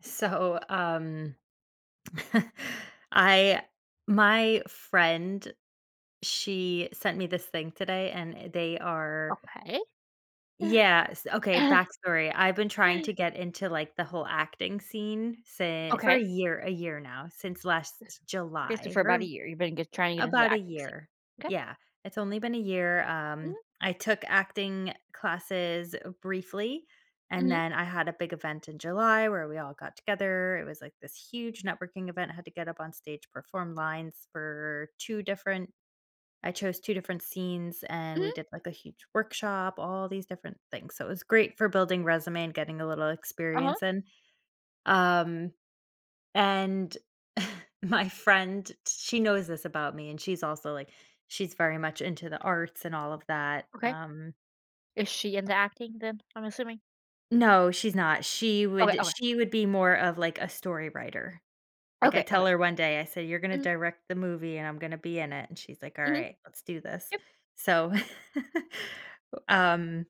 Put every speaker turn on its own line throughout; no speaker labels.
So, um, I my friend, she sent me this thing today, and they are
Okay.
yeah. Okay, backstory. I've been trying to get into like the whole acting scene since for
Okay.
a year now, since last
Okay, so
July,
for about
or
a year, you've been get trying to get into the
about a
acting scene.
year.
Okay.
Yeah, it's only been a year.
Mhm,
I took acting classes briefly, and
mhm,
then I had a big event in July where we all got together. It was like this huge networking event. I had to get up on stage, perform lines for two different. I chose two different scenes and
mhm,
we did like a huge workshop, all these different things. So it was great for building resume and getting a little
uh-huh,
experience in. Um and my friend, she knows this about me, and she's also like she's very much into the arts and all of that.
okay.
Um,
Is she into acting then, I'm assuming?
no, she's not.
Okay, okay,
She would be more of like a story writer. Like I
okay, okay.
tell her one day, I said, "You're gonna
Mhm,
direct the movie and I'm gonna be in it." And she's like, "All
mhm,
right, let's do this."
yep.
So um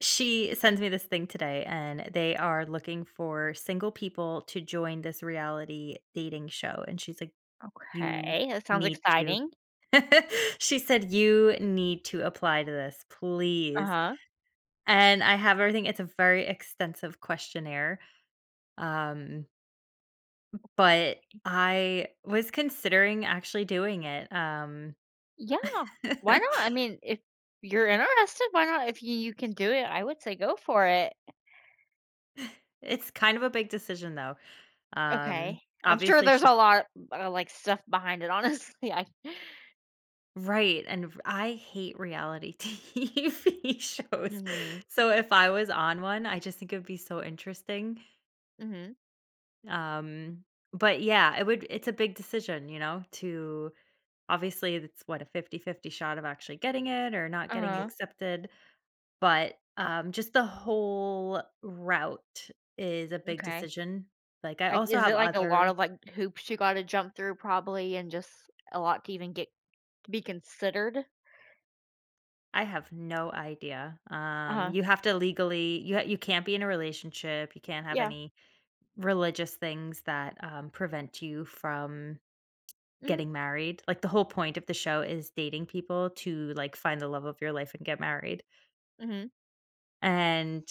she sends me this thing today and they are looking for single people to join this reality dating show. And she's like, You
Okay, that sounds
need to
exciting.
she said, "You need to apply to this, please."
Uh-huh.
And I have everything it's a very extensive questionnaire, um, but I was considering actually doing it.
Yeah, why not? I mean, if you're interested, why not? If you can do it, I would say go for it.
It's kind of a big decision, though.
Okay.
Um,
I'm sure
Obviously, it's
there's a
just
lot, like, stuff behind it, honestly, I
right, and r I hate reality TV shows.
Mhm,
So if I was on one, I just think it would be so interesting.
mhm,
Um, but yeah, it's a big decision, you know, to obviously it's what a 50-50 shot of actually getting it or not getting
uh-huh,
accepted, but just the whole route is a big
okay.
decision. Like I
Like,
also
is
have
it, like, a lot
other.
of, like, hoops you gotta jump through probably and just a lot to even get to be considered?
I have no idea.
Uh-huh.
You have to legally you can't be in a relationship, you can't have
Yeah.
any religious things that prevent you from
Mhm,
getting married. Like the whole point of the show is dating people to like find the love of your life and get married.
mhm.
And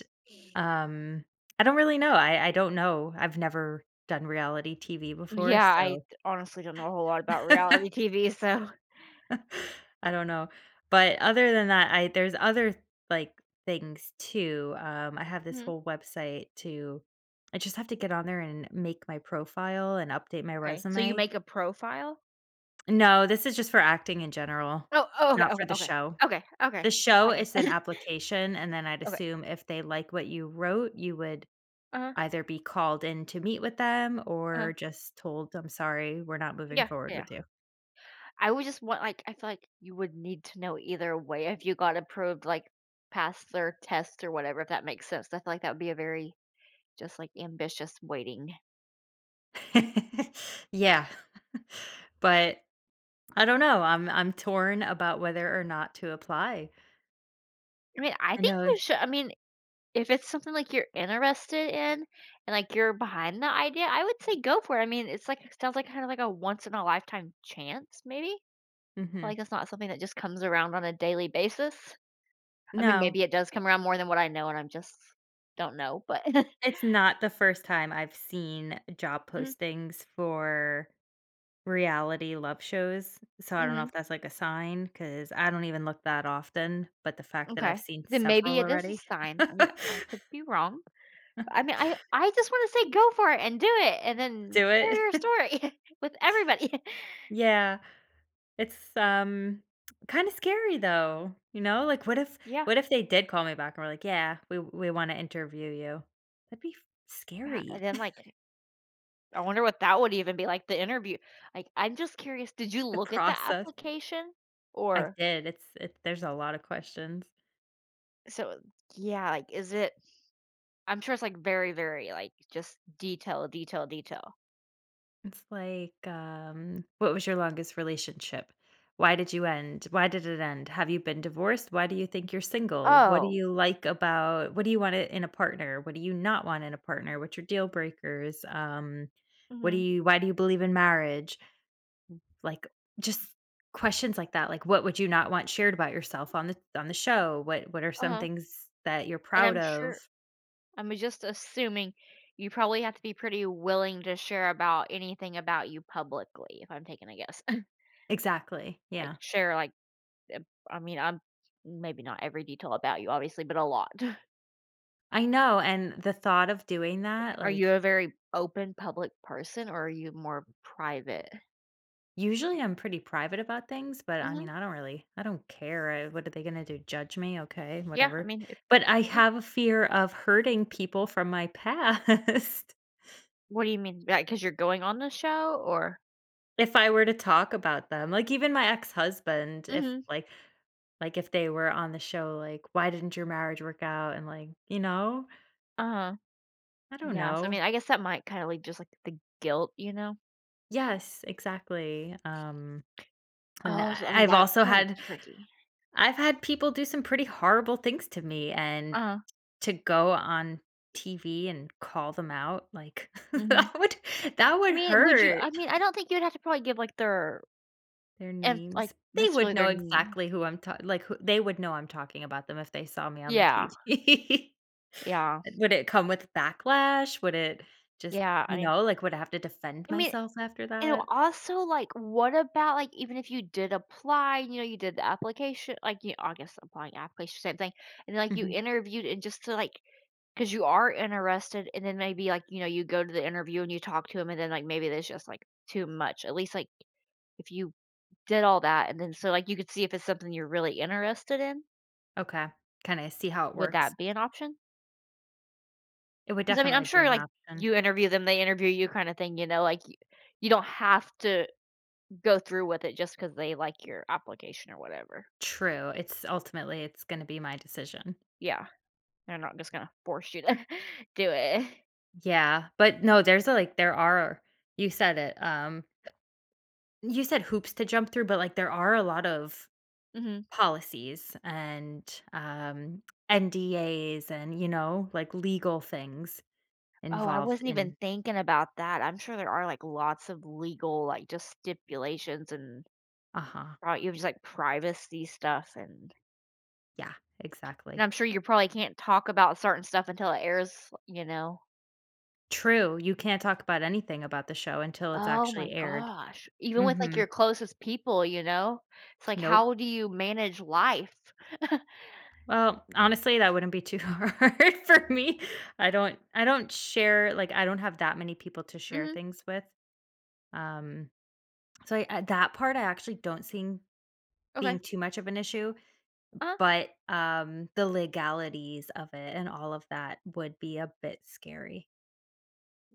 um I don't really know. I don't know. I've never done reality TV before,
Yeah, I
so
honestly don't know a whole lot about reality TV, so.
I don't know. But other than that, I there's other like things too. I have this
Mhm.
whole website to. I just have to get on there and make my profile and update my
Okay, so you
resume.
make a profile?
No, this is just for acting in general,
Oh, oh, okay,
not for
okay,
the
okay.
show.
Okay, okay.
The show
I
is an
get
application, and then I'd
Okay.
assume if they like what you wrote, you would
Uh-huh,
either be called in to meet with them
uh-huh.
or just told, "I'm sorry, we're not moving
Yeah, yeah,
forward
yeah.
with you."
I would just want, like, I feel like you would need to know either way if you got approved, like, past their test or whatever, if that makes sense. I feel like that would be a very, just, like, ambitious waiting.
Yeah, but I don't know, I'm torn about whether or not to apply.
I mean, I
I
think
know.
we should I mean, if it's something, like, you're interested in and, like, you're behind the idea, I would say go for it. I mean, it's like it sounds like kind of like a once in a lifetime chance maybe? I feel
Mhm.
like, it's not something that just comes around on a daily basis. I mean,
No,
maybe it does come around more than what I know and I'm just don't know, but
it's not the first time I've seen job
mhm,
postings for reality love shows, so I don't know if
mhm,
that's, like, a sign because I don't even look that often, but the fact that I've
okay.
seen
Then
several
maybe it is a
already
sign. I mean, I could be wrong. But I mean, I just wanna say go for it and do it and then
do it.
share your story with everybody.
Yeah, it's, um, kinda scary though, you know, like,
Yeah,
what if they did call me back and were like, "Yeah, we wanna interview you?" That'd be
yeah,
scary.
and then, like, I wonder what that would even be like, the interview. Like, I'm just curious, did you
The
look at the
process.
application?
I
Or
did, it's it there's a lot of questions.
so yeah, like, is it, I'm sure it's, like, very, very, like, just detail, detail, detail.
It's like, what was your longest relationship? Why did you end? Why did it end? Have you been divorced? Why do you think you're single? What do
Oh.
you like about, what do you want in a partner? What do you not want in a partner? What's your deal breakers? What do
Mhm.
you, why do you believe in marriage? Like just questions like that. Like what would you not want shared about yourself on the show? What are some
Uh-huh.
things that you're
And
proud
I'm sure,
of?
I'm just assuming you probably have to be pretty willing to share about anything about you publicly, if I'm taking a guess.
Exactly.
Like,
Yeah.
share, like, uh, I mean, I'm maybe not every detail about you, obviously, but a lot.
I know. And the thought of doing that,
Are you
like,
a very open public person or are you more private?
usually I'm pretty private about things, but I mean,
Mhm.
I don't care. I What are they gonna do? Judge me? Okay,
Yeah, I
whatever.
mean, if
But I
yeah.
have a fear of hurting people from my past
What do you mean? Like, Because 'cause you're going on the show or
if I were to talk about them. Like even my ex-husband, if
Mhm.
like, like if they were on the show, like, "Why didn't your marriage work out?" And like, you know?
Uh-huh.
I don't
Yeah, so, I
know.
mean, I guess that might kinda leave just, like, the guilt, you know?
Yes, exactly. And
Oh, so, I mean,
I've
that's
also
kinda
had,
tricky.
I've had people do some pretty horrible things to me and
Uh-huh.
to go on TV and call them out, like,
Mhm.
that would that
I
would
mean, would you,
hurt.
I mean, I don't think you'd have to probably give, like, their
Their
and, like,
names. They would
necessarily their
know
n
exactly who I'm talking, like, who, they would know I'm talking about them if they saw me on the
Yeah.
TV.
Yeah.
Would it come with backlash? Would it Just,
Yeah,
you know, like, would I have to defend
I mean,
myself after
And
that?
also, like, what about, like, even if you did apply, you know, you did the application, like, you I guess applying application, same thing, and then, like, you
Mhm.
interviewed and just to, like, because you are interested, and then maybe, like, you know, you go to the interview and you talk to 'em, and then, like, maybe there's just, like, too much. At least, like, if you did all that, and then so, like, you could see if it's something you're really interested in,
Okay. Kinda see how it
would
works.
that be an option?
It would
Because I mean,
definitely
I'm
be
sure,
an
like,
option.
you interview them, they interview you kinda thing, you know, like, you don't have to go through with it just because they like your application or whatever.
True. It's Ultimately, it's gonna be my decision.
Yeah, they're not just gonna force you to do it.
Yeah, but no, there are, you said it, you said hoops to jump through, but, like, there are a lot of
Mhm.
policies and, NDAs and, you know, like, legal things
Oh, I
involved
wasn't
in.
even thinking about that. I'm sure there are, like, lots of legal, like, just stipulations and
Uh-huh.
probably even just, like, privacy stuff, and
Yeah,
and
exactly.
I'm sure you probably can't talk about certain stuff until it airs, you know?
True, you can't talk about anything about the show until it's
Oh
actually
my
aired.
gosh. Even with, like,
Mhm.
your closest people, you know? It's like,
Nope.
how do you manage life?
Well, honestly, that wouldn't be too hard for me. I don't share like, I don't have that many people to share
Mhm.
things with. Um, so I that part I actually don't seem being
Okay.
too much of an issue.
Uh-huh.
But, the legalities of it and all of that would be a bit scary.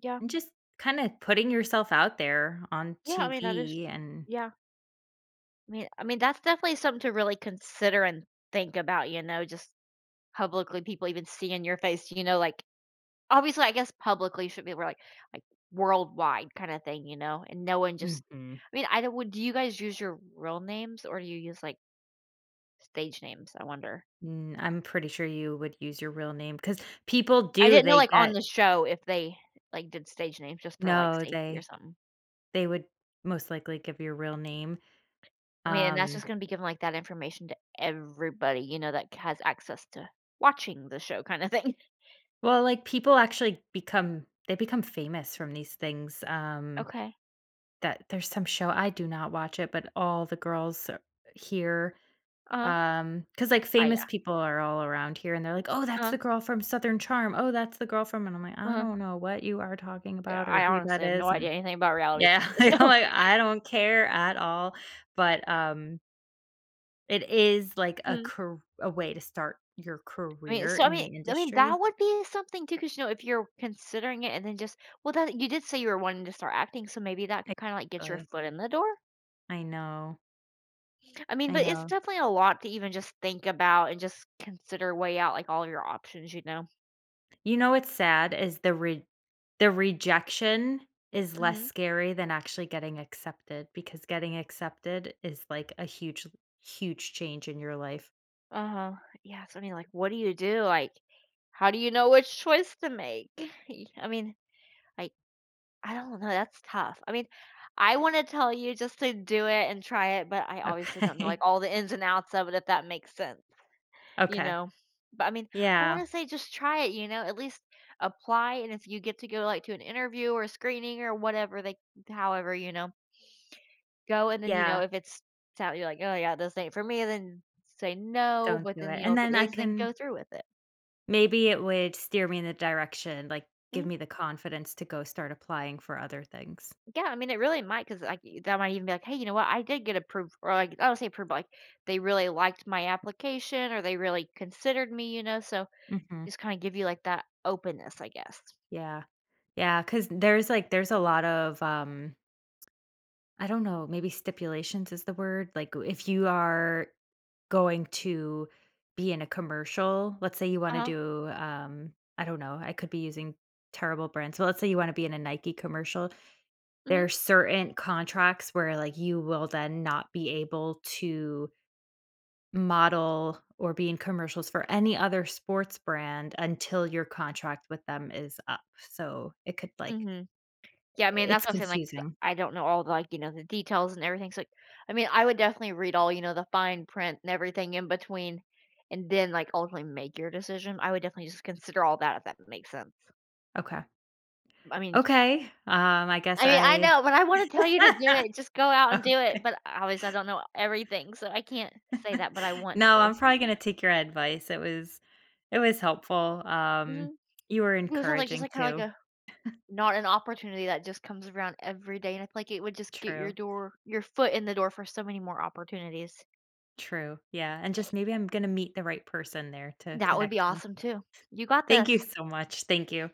Yeah.
And just kinda putting yourself out there on
Yeah, I mean, that is
TV and
yeah. I mean, that's definitely something to really consider and think about, you know, just publicly people even seeing your face, you know, like, obviously, I guess publicly should be where, like, worldwide kinda thing, you know, and no one just,
mhm.
I mean, I don't, would, do you guys use your real names or do you use, like, stage names? I wonder.
Mm, I'm pretty sure you would use your real name because people
I
do,
didn't know,
they
like,
get
on the show if they, like, did stage names just for, like,
no,
safety or
they
something.
they would most likely give your real name.
I mean, and that's
Um,
just gonna be given like, that information to everybody, you know, that has access to watching the show kinda thing.
well, like, people actually become, they become famous from these things,
Okay.
that there's some show, I do not watch it, but all the girls here,
Uh-huh.
Because like,
I
famous people are all around here, and they're like, "Oh, that's
Uh-huh,
the girl from Southern Charm. Oh, that's the girl from," and I'm like, "I
uh-huh.
don't know what you are talking
Yeah,
about or
I
who that
honestly have no
is,"
idea
and
anything about reality
yeah,
TV,
like, I'm
so
like, "I don't care at all," but, it is, like,
mm,
a way to start your
I mean,
career
so I
in the
mean I mean, that
industry.
would be something too, because you know, if you're considering it and then just, well, that you did say you were wanting to start acting, so maybe that could kinda, like, get your
Exactly.
foot in the door?
I know.
I mean,
I
but it's
know.
definitely a lot to even just think about and just consider, weigh out, like, all of your options, you know?
You know what's sad is the rejection is less
Mhm.
scary than actually getting accepted because getting accepted is like a huge change in your life.
Uh-huh. Yeah, so, I mean, like, what do you do? Like, how do you know which choice to make? I mean, like, I don't know, that's tough. I mean, I wanna tell you just to do it and try it, but I obviously don't know, like,
Okay.
all the ins and outs of it, if that makes sense, you
Okay.
know? But, I mean, I
Yeah.
wanna say just try it, you know? At least apply, and if you get to go, like, to an interview or a screening or whatever, they, however, you know, go and then, you know,
Yeah.
if it's sound you're like, "Oh, yeah, this ain't for me," then say no,
Don't
but
do
then,
it.
you know,
And
if it
then I
is, then
can
go through with it.
maybe it would steer me in the direction, like give
Mhm.
me the confidence to go start applying for other things.
Yeah, I mean, it really might, because like that might even be like, hey, you know what? I did get approved, or like, I don't say approved, but like they really liked my application, or they really considered me, you know. So
Mhm.
just kind of give you like that openness, I guess.
Yeah, because there's a lot of I don't know, maybe stipulations is the word. Like if you are going to be in a commercial. Let's say you
Uh
wanna
huh.
do, I don't know, I could be using terrible brands, but let's say you wanna be in a Nike commercial. There
Mhm.
are certain contracts where, like, you will then not be able to model or be in commercials for any other sports brand until your contract with them is up. So it could, like,
Mhm. Yeah, I mean,
it's
that's what I'm saying. Like, 'cause
confusing.
I don't know all the, like, you know, the details and everything. So, like, I mean, I would definitely read all, you know, the fine print and everything in between, and then like ultimately make your decision. I would definitely just consider all that if that makes sense.
Okay.
I mean,
Okay, I guess
I mean, I
I
know, but I wanna tell you to do it, just go out and do it,
okay.
but obviously I don't know everything, so I can't say that, but I want
No,
to.
I'm probably gonna take your advice. It was helpful.
Mhm.
You were
It sounds like just
encouraging
like kinda like
too.
a, not an opportunity that just comes around every day, and I feel like it would just get
True,
your foot in the door for so many more opportunities.
true. Yeah, and just maybe I'm gonna meet the right person there to
That would be
connect me.
awesome too. You got
Thank
this.
you so much. Thank you.